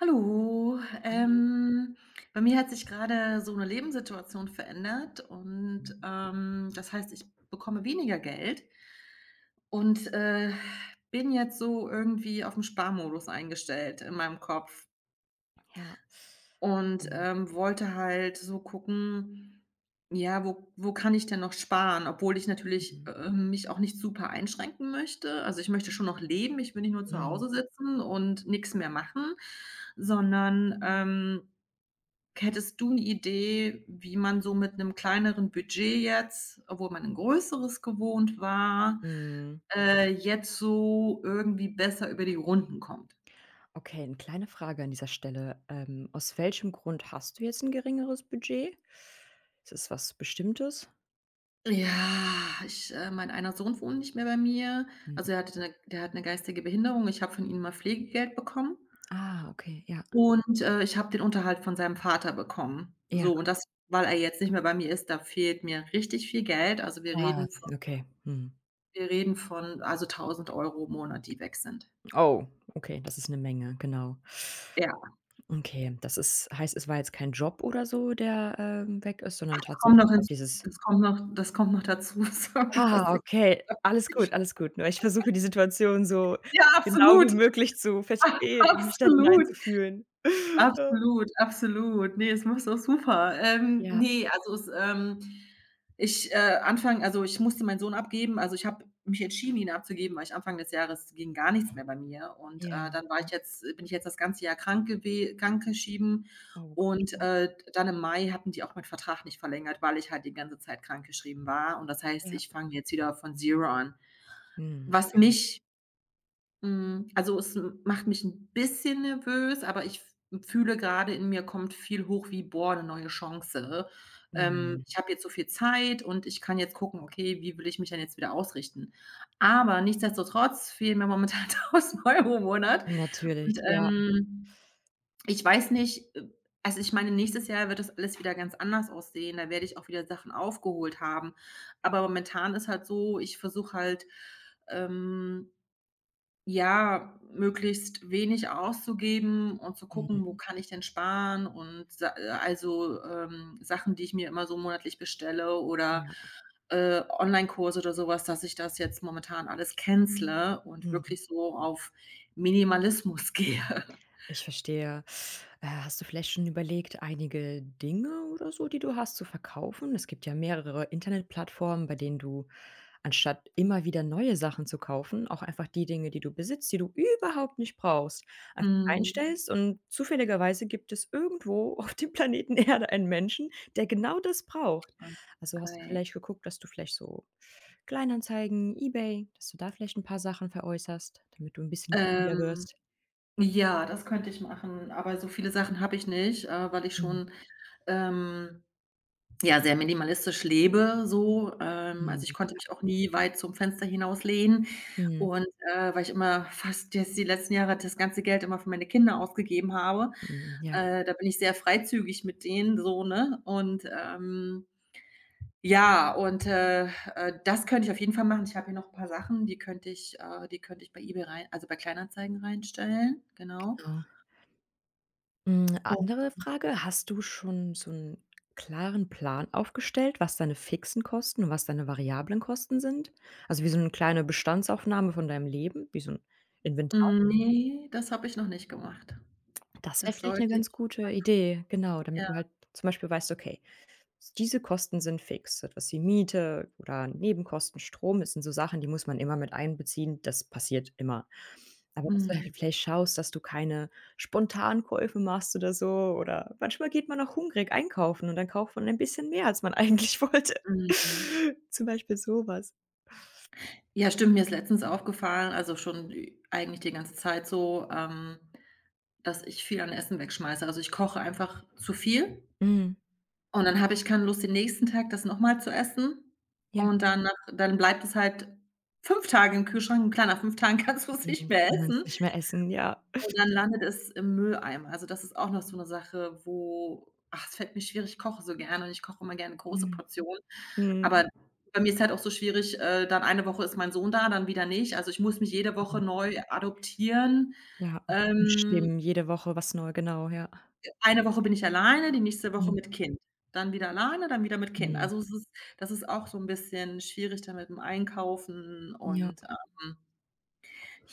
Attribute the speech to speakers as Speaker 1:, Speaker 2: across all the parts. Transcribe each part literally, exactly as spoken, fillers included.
Speaker 1: Hallo,
Speaker 2: Mhm.
Speaker 1: ähm, bei mir hat sich gerade so eine Lebenssituation verändert und, ähm, das heißt, ich bekomme weniger Geld und, äh, bin jetzt so irgendwie auf dem Sparmodus eingestellt in meinem Kopf
Speaker 2: Ja.
Speaker 1: und,
Speaker 2: Mhm,
Speaker 1: ähm, wollte halt so gucken, ja, wo wo kann ich denn noch sparen, obwohl ich natürlich,
Speaker 2: mhm,
Speaker 1: ähm, mich auch nicht super einschränken möchte. Also, ich möchte schon noch leben, ich will nicht nur zu
Speaker 2: mhm,
Speaker 1: Hause sitzen und nichts mehr machen, sondern, ähm Hättest du 'ne Idee, wie man so mit 'nem kleineren Budget jetzt, obwohl man 'n größeres gewohnt war,
Speaker 2: mhm.
Speaker 1: äh, jetzt so irgendwie besser über die Runden kommt?
Speaker 2: Okay, eine kleine Frage an dieser Stelle. Ähm, aus welchem Grund hast du jetzt ein geringeres Budget? Ist es was Bestimmtes?
Speaker 1: Ja, ich äh, mein einer Sohn wohnt nicht mehr bei mir. Also,
Speaker 2: Mhm.
Speaker 1: er hatte 'ne der hat 'ne geistige Behinderung. Ich habe von ihm mal Pflegegeld bekommen
Speaker 2: Ah, okay, ja.
Speaker 1: und, äh, ich habe den Unterhalt von seinem Vater bekommen.
Speaker 2: Ja,
Speaker 1: So, und das weil er jetzt nicht mehr bei mir ist, da fehlt mir richtig viel Geld. Also, wir
Speaker 2: ah,
Speaker 1: reden von
Speaker 2: okay. Mhm.
Speaker 1: wir reden von, also, tausend Euro im Monat, die weg sind.
Speaker 2: Oh, okay, das ist eine Menge, genau.
Speaker 1: Ja.
Speaker 2: Okay, das ist heißt, es war jetzt kein Job oder so, der, ähm, weg ist, sondern
Speaker 1: Kommt noch
Speaker 2: tatsächlich
Speaker 1: hinz
Speaker 2: halt dieses
Speaker 1: das kommt noch das kommt noch dazu, sorry, dass
Speaker 2: Ah,
Speaker 1: ich
Speaker 2: okay. Alles gut, alles gut. Nur ich versuche die Situation so
Speaker 1: Ja,
Speaker 2: genau wie
Speaker 1: absolut,
Speaker 2: möglich zu verstehen und mich da
Speaker 1: absolut.
Speaker 2: hineinzufühlen.
Speaker 1: Absolut, absolut. Ne, es macht's auch super. Ähm,
Speaker 2: Ja. Ja,
Speaker 1: ne, also es, ähm ich, äh, Anfang also, ich musste meinen Sohn abgeben. Also, ich habe mich entschieden, ihn abzugeben, weil ich Anfang des Jahres ging gar nichts mehr bei mir und,
Speaker 2: ja.
Speaker 1: äh,
Speaker 2: Mhm.
Speaker 1: dann war ich jetzt bin ich jetzt das ganze Jahr krank gewe krankgeschrieben
Speaker 2: Oh Gott,
Speaker 1: und,
Speaker 2: ja.
Speaker 1: äh, dann im Mai hatten die auch meinen Vertrag nicht verlängert, weil ich halt die ganze Zeit krank geschrieben war und das heißt,
Speaker 2: Ja.
Speaker 1: ich fange jetzt wieder von Zero an.
Speaker 2: Mhm,
Speaker 1: Was
Speaker 2: okay.
Speaker 1: mich hm, also, es m macht mich ein bisschen nervös, aber ich f fühle gerade in mir kommt viel hoch wie: „Boah, 'ne neue Chance. Ähm,
Speaker 2: Mhm.
Speaker 1: ich habe jetzt so viel Zeit und ich kann jetzt gucken, okay, wie will ich mich denn jetzt wieder ausrichten?“ Aber nichtsdestotrotz fehlen mir momentan tausend Euro im Monat
Speaker 2: Natürlich,
Speaker 1: und,
Speaker 2: ja.
Speaker 1: ähm, ich weiß nicht, äh also, ich meine, nächstes Jahr wird das alles wieder ganz anders aussehen, da werde ich auch wieder Sachen aufgeholt haben. Aber momentan ist halt so, ich versuche halt, ähm ja, möglichst wenig auszugeben und zu
Speaker 2: Mhm.
Speaker 1: gucken, wo Mhm. kann ich denn sparen und sa äh, also, ähm, Sachen, die ich mir immer so monatlich bestelle oder,
Speaker 2: Ja.
Speaker 1: äh, Onlinekurse oder so was, dass ich das jetzt momentan alles cancele und
Speaker 2: Mhm.
Speaker 1: wirklich so auf Minimalismus gehe.
Speaker 2: Ich verstehe. Äh, hast du vielleicht schon überlegt, einige Dinge oder so, die du hast, zu verkaufen? Es gibt ja mehrere Internetplattformen, bei denen du anstatt immer wieder neue Sachen zu kaufen, auch einfach die Dinge, die du besitzt, die du überhaupt nicht brauchst, einfach
Speaker 1: Mhm.
Speaker 2: reinstellst, und zufälligerweise gibt es irgendwo auf dem Planeten Erde einen Menschen, der genau das braucht.
Speaker 1: Ah,
Speaker 2: Also, hast du
Speaker 1: okay.
Speaker 2: vielleicht geguckt, dass du vielleicht so Kleinanzeigen, eBay, dass du da vielleicht ein paar Sachen veräußerst, damit du ein bisschen wieder
Speaker 1: Ähm,
Speaker 2: wirst?
Speaker 1: ja, das könnte ich machen, aber so viele Sachen habe ich nicht, äh, weil ich
Speaker 2: Mhm.
Speaker 1: schon, ähm ja, sehr minimalistisch lebe so. Ähm, also, ich
Speaker 2: Mhm.
Speaker 1: konnte mich auch nie weit zum Fenster hinauslehnen
Speaker 2: Mhm,
Speaker 1: und, äh, weil ich immer fast jetzt die letzten Jahre das ganze Geld immer für meine Kinder ausgegeben habe.
Speaker 2: mhm, ja,
Speaker 1: Äh, da bin ich sehr freizügig mit denen so, ne? Und, ähm, ja, und, äh, äh, das könnte ich auf jeden Fall machen. Ich habe hier noch ein paar Sachen, die könnte ich äh, die könnte ich bei eBay rein also, bei Kleinanzeigen reinstellen, genau.
Speaker 2: genau. Hm,
Speaker 1: Oh,
Speaker 2: andere Frage: Hast du schon so einen klaren Plan aufgestellt, was deine fixen Kosten und was deine variablen Kosten sind? Also, wie so eine kleine Bestandsaufnahme von deinem Leben, wie so ein Inventar?
Speaker 1: mm, nee, das habe ich noch nicht gemacht.
Speaker 2: Das wäre
Speaker 1: Das
Speaker 2: vielleicht eine
Speaker 1: sollte ich
Speaker 2: ganz gute Idee, genau,
Speaker 1: ja.
Speaker 2: damit du halt zum Beispiel weißt: „Okay, diese Kosten sind fix, etwas wie Miete oder Nebenkosten, Strom, das sind so Sachen, die muss man immer mit einbeziehen. Das passiert immer. Aber dass du
Speaker 1: Mhm.
Speaker 2: halt vielleicht schaust, dass du keine Spontankäufe machst oder so, oder manchmal geht man auch hungrig einkaufen und dann kauft man ein bisschen mehr, als man eigentlich wollte.
Speaker 1: Mhm.
Speaker 2: Zum Beispiel sowas.“
Speaker 1: Ja, stimmt, mir ist letztens aufgefallen, also schon ü eigentlich die ganze Zeit so, ähm, dass ich viel an Essen wegschmeiße. Also, ich koche einfach zu viel
Speaker 2: Mhm.
Speaker 1: und dann habe ich keine Lust, den nächsten Tag das nochmal zu essen
Speaker 2: Ja,
Speaker 1: und dann nach dann bleibt es halt fünf Tage im Kühlschrank und klar, nach fünf Tagen kannst du es nicht
Speaker 2: mhm,
Speaker 1: mehr
Speaker 2: kann man es
Speaker 1: essen
Speaker 2: nicht mehr essen, ja.
Speaker 1: und dann landet es im Mülleimer. Also, das ist auch noch so 'ne Sache, wo ach, es fällt mir schwer, ich koche so gerne und ich koche immer gerne große
Speaker 2: Mhm.
Speaker 1: Portionen. Aber
Speaker 2: Mhm.
Speaker 1: bei mir ist halt auch so schwierig, äh, dann eine Woche ist mein Sohn da, dann wieder nicht. Also, ich muss mich jede Woche
Speaker 2: Mhm.
Speaker 1: neu adoptieren.
Speaker 2: Ja,
Speaker 1: Ähm,
Speaker 2: umstimmen, jede Woche was neu, genau, ja.
Speaker 1: eine Woche bin ich alleine, die nächste Woche
Speaker 2: Mhm.
Speaker 1: mit Kind. Dann wieder alleine, dann wieder mit Kind.
Speaker 2: Mhm.
Speaker 1: Also, es ist das ist auch so 'n bisschen schwierig dann mit dem Einkaufen
Speaker 2: Ja.
Speaker 1: und, ähm,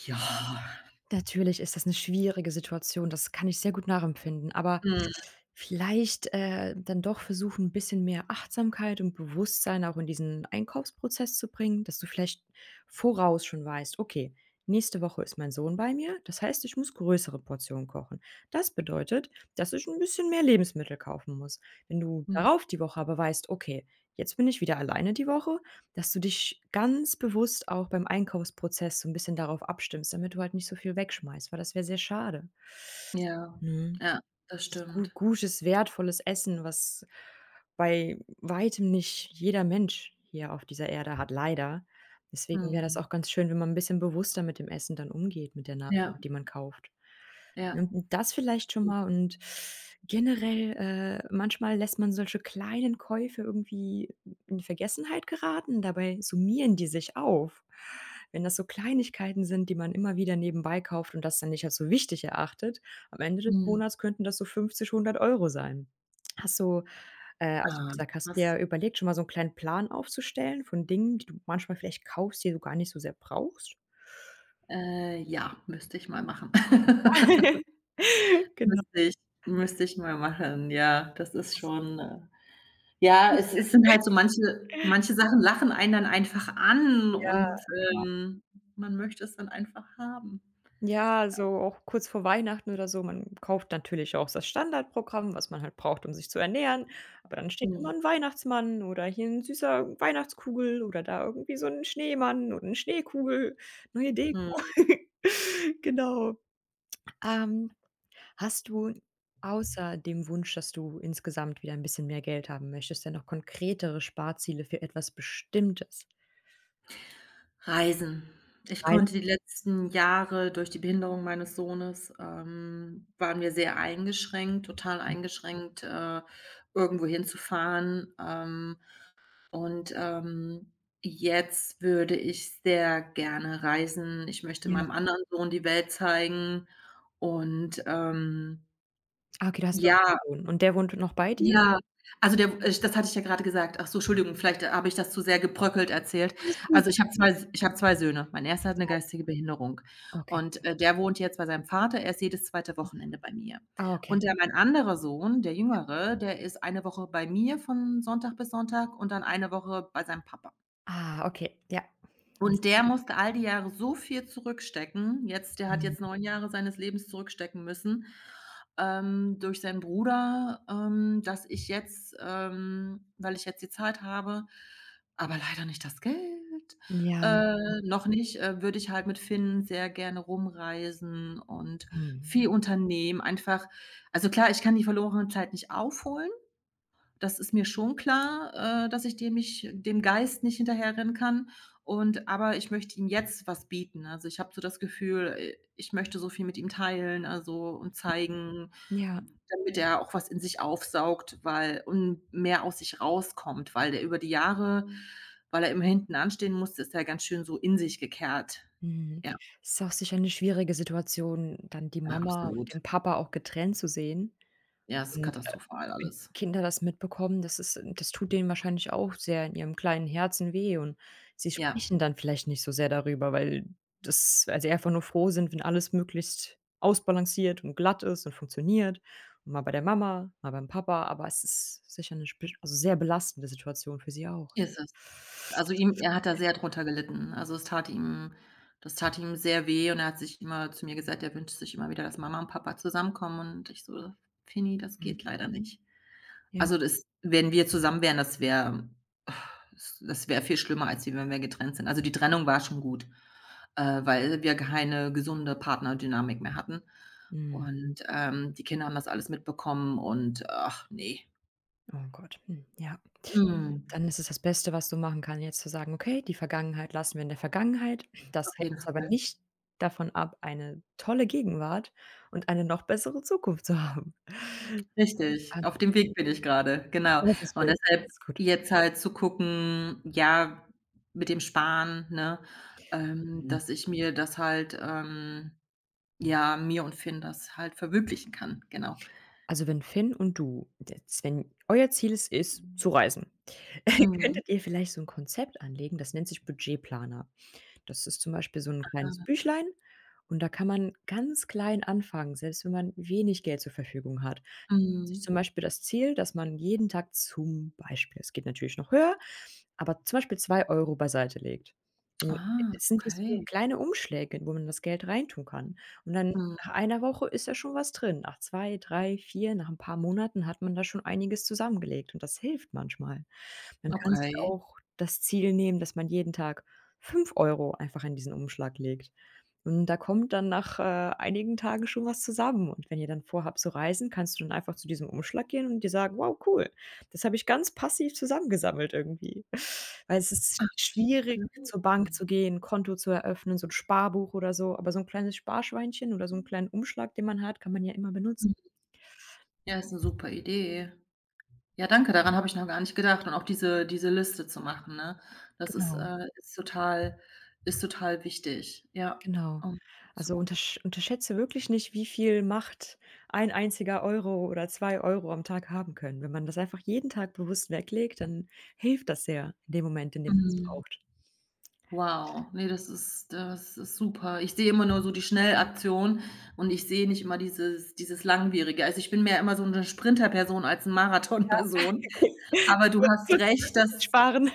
Speaker 1: ja.
Speaker 2: Natürlich ist das eine schwierige Situation, das kann ich sehr gut nachempfinden, aber
Speaker 1: Mhm.
Speaker 2: vielleicht, äh, dann doch versuchen, ein bisschen mehr Achtsamkeit und Bewusstsein auch in diesen Einkaufsprozess zu bringen, dass du vielleicht voraus schon weißt: „Okay, nächste Woche ist mein Sohn bei mir, das heißt, ich muss größere Portionen kochen. Das bedeutet, dass ich ein bisschen mehr Lebensmittel kaufen muss.“ Wenn du
Speaker 1: Mhm.
Speaker 2: darauf die Woche aber weißt: „Okay, jetzt bin ich wieder alleine die Woche“, dass du dich ganz bewusst auch beim Einkaufsprozess so ein bisschen darauf abstimmst, damit du halt nicht so viel wegschmeißt, weil das wäre sehr schade,
Speaker 1: Ja.
Speaker 2: ne?
Speaker 1: Ja, das
Speaker 2: Ist gu
Speaker 1: stimmt.
Speaker 2: gutes, wertvolles Essen, was bei weitem nicht jeder Mensch hier auf dieser Erde hat, leider. Deswegen wäre das
Speaker 1: Mhm.
Speaker 2: auch ganz schön, wenn man ein bisschen bewusster mit dem Essen dann umgeht, mit der Nahrung,
Speaker 1: Ja,
Speaker 2: die man kauft.
Speaker 1: ja,
Speaker 2: Und das vielleicht schon mal,
Speaker 1: stimmt.
Speaker 2: und generell, äh, manchmal lässt man solche kleinen Käufe irgendwie in Vergessenheit geraten, dabei summieren die sich auf. Wenn das so Kleinigkeiten sind, die man immer wieder nebenbei kauft und das dann nicht als so wichtig erachtet, am Ende des
Speaker 1: Mhm.
Speaker 2: Monats könnten das so fünfzig, hundert Euro sein. Hast du, äh also, wie
Speaker 1: Ah,
Speaker 2: gesagt, hast du
Speaker 1: was
Speaker 2: dir überlegt, schon mal so 'n kleinen Plan aufzustellen von Dingen, die du manchmal vielleicht kaufst, die du gar nicht so sehr brauchst?
Speaker 1: äh, ja, müsste ich mal machen.
Speaker 2: Genau.
Speaker 1: Müsste ich müsste ich mal machen, ja. Das ist
Speaker 2: Das
Speaker 1: schon, äh ja, es
Speaker 2: riecht,
Speaker 1: es sind halt so manche manche Sachen lachen einen dann einfach an
Speaker 2: ja,
Speaker 1: und,
Speaker 2: ja.
Speaker 1: ähm, man möchte es dann einfach haben.
Speaker 2: Ja, also auch kurz vor Weihnachten oder so. Man kauft natürlich auch das Standardprogramm, was man halt braucht, um sich zu ernähren. Aber dann steht immer
Speaker 1: Mhm.
Speaker 2: ein Weihnachtsmann oder hier ein süßer Weihnachtskugel oder da irgendwie so ein Schneemann oder 'ne Schneekugel, neue Deko.
Speaker 1: Mhm.
Speaker 2: Genau. Ähm, Hast du außer dem Wunsch, dass du insgesamt wieder ein bisschen mehr Geld haben möchtest, denn noch konkretere Sparziele für etwas Bestimmtes?
Speaker 1: Reisen. Ich
Speaker 2: Reisen?
Speaker 1: konnte die letzten Jahre durch die Behinderung meines Sohnes ähm, waren wir sehr eingeschränkt, total eingeschränkt, äh, irgendwo hinzufahren. Ähm, und, ähm, jetzt würde ich sehr gerne reisen. Ich möchte
Speaker 2: Ja.
Speaker 1: meinem anderen Sohn die Welt zeigen und, ähm,
Speaker 2: Ah, okay, du hast noch
Speaker 1: ja,
Speaker 2: einen Sohn. Und der wohnt noch bei dir?
Speaker 1: ja, also der w das hatte ich ja grade gesagt. Ach so, Entschuldigung, vielleicht äh, habe ich das zu sehr gebröckelt erzählt.
Speaker 2: Alles gut.
Speaker 1: Also, ich habe zwei, S ich habe zwei Söhne. Mein erster hat 'ne geistige Behinderung
Speaker 2: Okay,
Speaker 1: und,
Speaker 2: ja.
Speaker 1: äh, der wohnt jetzt bei seinem Vater. Er ist jedes zweite Wochenende bei mir.
Speaker 2: Ah, okay.
Speaker 1: Und der mein anderer Sohn, der Jüngere, der ist eine Woche bei mir von Sonntag bis Sonntag und dann eine Woche bei seinem Papa.
Speaker 2: Ah, okay, ja.
Speaker 1: Und der musste all die Jahre so viel zurückstecken. Jetzt der hat jetzt
Speaker 2: Mhm.
Speaker 1: neun Jahre seines Lebens zurückstecken müssen, ähm, durch seinen Bruder, ähm, dass ich jetzt ähm, weil ich jetzt die Zeit habe, aber leider nicht das Geld,
Speaker 2: Ja,
Speaker 1: äh, noch nicht, äh, würde ich halt mit Finn sehr gerne rumreisen und
Speaker 2: mhm.
Speaker 1: viel unternehmen. Einfach also klar, ich kann die verlorene Zeit nicht aufholen, das ist mir schon klar, äh, dass ich dem nicht dem Geist nicht hinterherrennen kann und aber ich möchte ihm jetzt was bieten. Also, ich habe so das Gefühl, äh, ich möchte so viel mit ihm teilen, also, und zeigen,
Speaker 2: Ja,
Speaker 1: damit er auch was in sich aufsaugt, weil und mehr aus sich rauskommt, weil der über die Jahre weil er immer hinten anstehen musste, ist er ganz schön so in sich gekehrt.
Speaker 2: mhm.
Speaker 1: Ja,
Speaker 2: Ist auch sicher 'ne schwierige Situation, dann die Mama
Speaker 1: absolut.
Speaker 2: und den Papa auch getrennt zu sehen.
Speaker 1: Ja, ist
Speaker 2: Und, äh,
Speaker 1: katastrophal
Speaker 2: wenn
Speaker 1: alles.
Speaker 2: Kinder das mitbekommen, das ist äh, das tut denen wahrscheinlich auch sehr in ihrem kleinen Herzen weh, und sie
Speaker 1: Ja.
Speaker 2: sprechen dann vielleicht nicht so sehr darüber, weil das, weil sie einfach nur froh sind, wenn alles möglichst ausbalanciert und glatt ist und funktioniert und mal bei der Mama, mal beim Papa, aber es ist sicher 'ne spe, also, sehr belastende Situation für sie auch.
Speaker 1: Ist es. Also, ihm er hat da sehr drunter gelitten. Also, es tat ihm das tat ihm sehr weh und er hat sich immer zu mir gesagt, er wünscht sich immer wieder, dass Mama und Papa zusammenkommen und ich so: „Fini, das
Speaker 2: Mhm,
Speaker 1: geht leider nicht.“
Speaker 2: ja.
Speaker 1: Also, das wenn wir zusammen wären, das wäre das wäre viel schlimmer, als wie wenn wir getrennt sind. Also, die Trennung war schon gut, äh, weil wir keine gesunde Partnerdynamik mehr hatten
Speaker 2: Mhm.
Speaker 1: und, ähm, die Kinder haben das alles mitbekommen und ach nee.
Speaker 2: Oh Gott, hm, ja.
Speaker 1: Mhm.
Speaker 2: Dann ist es das Beste, was du machen kannst, jetzt zu sagen: „Okay, die Vergangenheit lassen wir in der Vergangenheit. Das
Speaker 1: Auf
Speaker 2: hält
Speaker 1: jeden
Speaker 2: uns aber
Speaker 1: Fall.
Speaker 2: nicht davon ab, eine tolle Gegenwart und eine noch bessere Zukunft zu haben.“
Speaker 1: Richtig,
Speaker 2: Das
Speaker 1: auf dem Weg bin ich grade, genau.
Speaker 2: das ist
Speaker 1: Und
Speaker 2: schön,
Speaker 1: deshalb
Speaker 2: das ist gut.
Speaker 1: jetzt halt zu gucken, ja, mit dem Sparen, ne, ähm, dass ich mir das halt, ähm ja, mir und Finn das halt verwirklichen kann, genau.
Speaker 2: Also, wenn Finn und du jetzt, wenn euer Ziel es ist, zu reisen,
Speaker 1: Mhm,
Speaker 2: könntet ihr vielleicht so ein Konzept anlegen, das nennt sich Budgetplaner. Das ist zum Beispiel so 'n kleines
Speaker 1: ah,
Speaker 2: Büchlein, und da kann man ganz klein anfangen, selbst wenn man wenig Geld zur Verfügung hat, nimmt sich
Speaker 1: mhm.
Speaker 2: zum Beispiel das Ziel, dass man jeden Tag zum Beispiel, es geht natürlich noch höher, aber zum Beispiel zwei Euro beiseite legt. Und
Speaker 1: Ah,
Speaker 2: es sind diese
Speaker 1: okay.
Speaker 2: kleine Umschläge, wo man das Geld reintun kann. Und dann
Speaker 1: Mhm,
Speaker 2: nach einer Woche ist da schon was drin. Nach zwei, drei, vier, nach ein paar Monaten hat man da schon einiges zusammengelegt, und das hilft manchmal. Man kann sich
Speaker 1: okay.
Speaker 2: auch das Ziel nehmen, dass man jeden Tag fünf Euro einfach in diesen Umschlag legt. Und da kommt dann nach, äh, einigen Tagen schon was zusammen. Und wenn ihr dann vorhabt zu reisen, kannst du dann einfach zu diesem Umschlag gehen und dir sagen: „Wow, cool. Das habe ich ganz passiv zusammengesammelt irgendwie.“ Weil es ist schwierig,
Speaker 1: Glückwunsch.
Speaker 2: zur Bank
Speaker 1: Mhm.
Speaker 2: zu gehen, Konto zu eröffnen, so 'n Sparbuch oder so, aber so 'n kleines Sparschweinchen oder so 'n kleinen Umschlag, den man hat, kann man ja immer benutzen.
Speaker 1: Ja, ist 'ne super Idee. Ja, danke, daran habe ich noch gar nicht gedacht und auch diese diese Liste zu machen, ne? Das ist,
Speaker 2: Genau.
Speaker 1: äh ist total ist total wichtig, ja,
Speaker 2: Genau.
Speaker 1: um zu
Speaker 2: Also
Speaker 1: gucken.
Speaker 2: untersch unterschätze wirklich nicht, wie viel Macht ein einziger Euro oder zwei Euro am Tag haben können. Wenn man das einfach jeden Tag bewusst weglegt, dann hilft das sehr in dem Moment, in dem man es
Speaker 1: Mhm.
Speaker 2: braucht.
Speaker 1: Wow, ne, das ist das ist super. Ich sehe immer nur so die Schnellaktion und ich sehe nicht immer dieses dieses Langwierige. Also, ich bin mehr immer so eine Sprinterperson als 'n Marathonperson.
Speaker 2: Okay,
Speaker 1: Aber du
Speaker 2: kurz
Speaker 1: hast recht,
Speaker 2: kurzfristiges
Speaker 1: dass
Speaker 2: Sparen.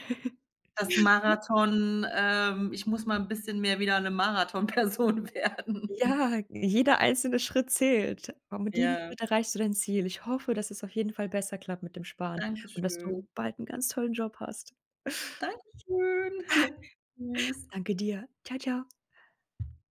Speaker 1: das Marathon ähm, ich muss mal ein bisschen mehr wieder eine Marathonperson werden.
Speaker 2: Ja, jeder einzelne Schritt zählt. Aber mit jedem
Speaker 1: Ja,
Speaker 2: Schritt erreichst du dein Ziel. Ich hoffe, dass es auf jeden Fall besser klappt mit dem Sparen
Speaker 1: danke
Speaker 2: und dass du
Speaker 1: schön.
Speaker 2: bald einen ganz tollen Job hast.
Speaker 1: Dankeschön. Tschüss.
Speaker 2: Danke dir. Ciao, ciao.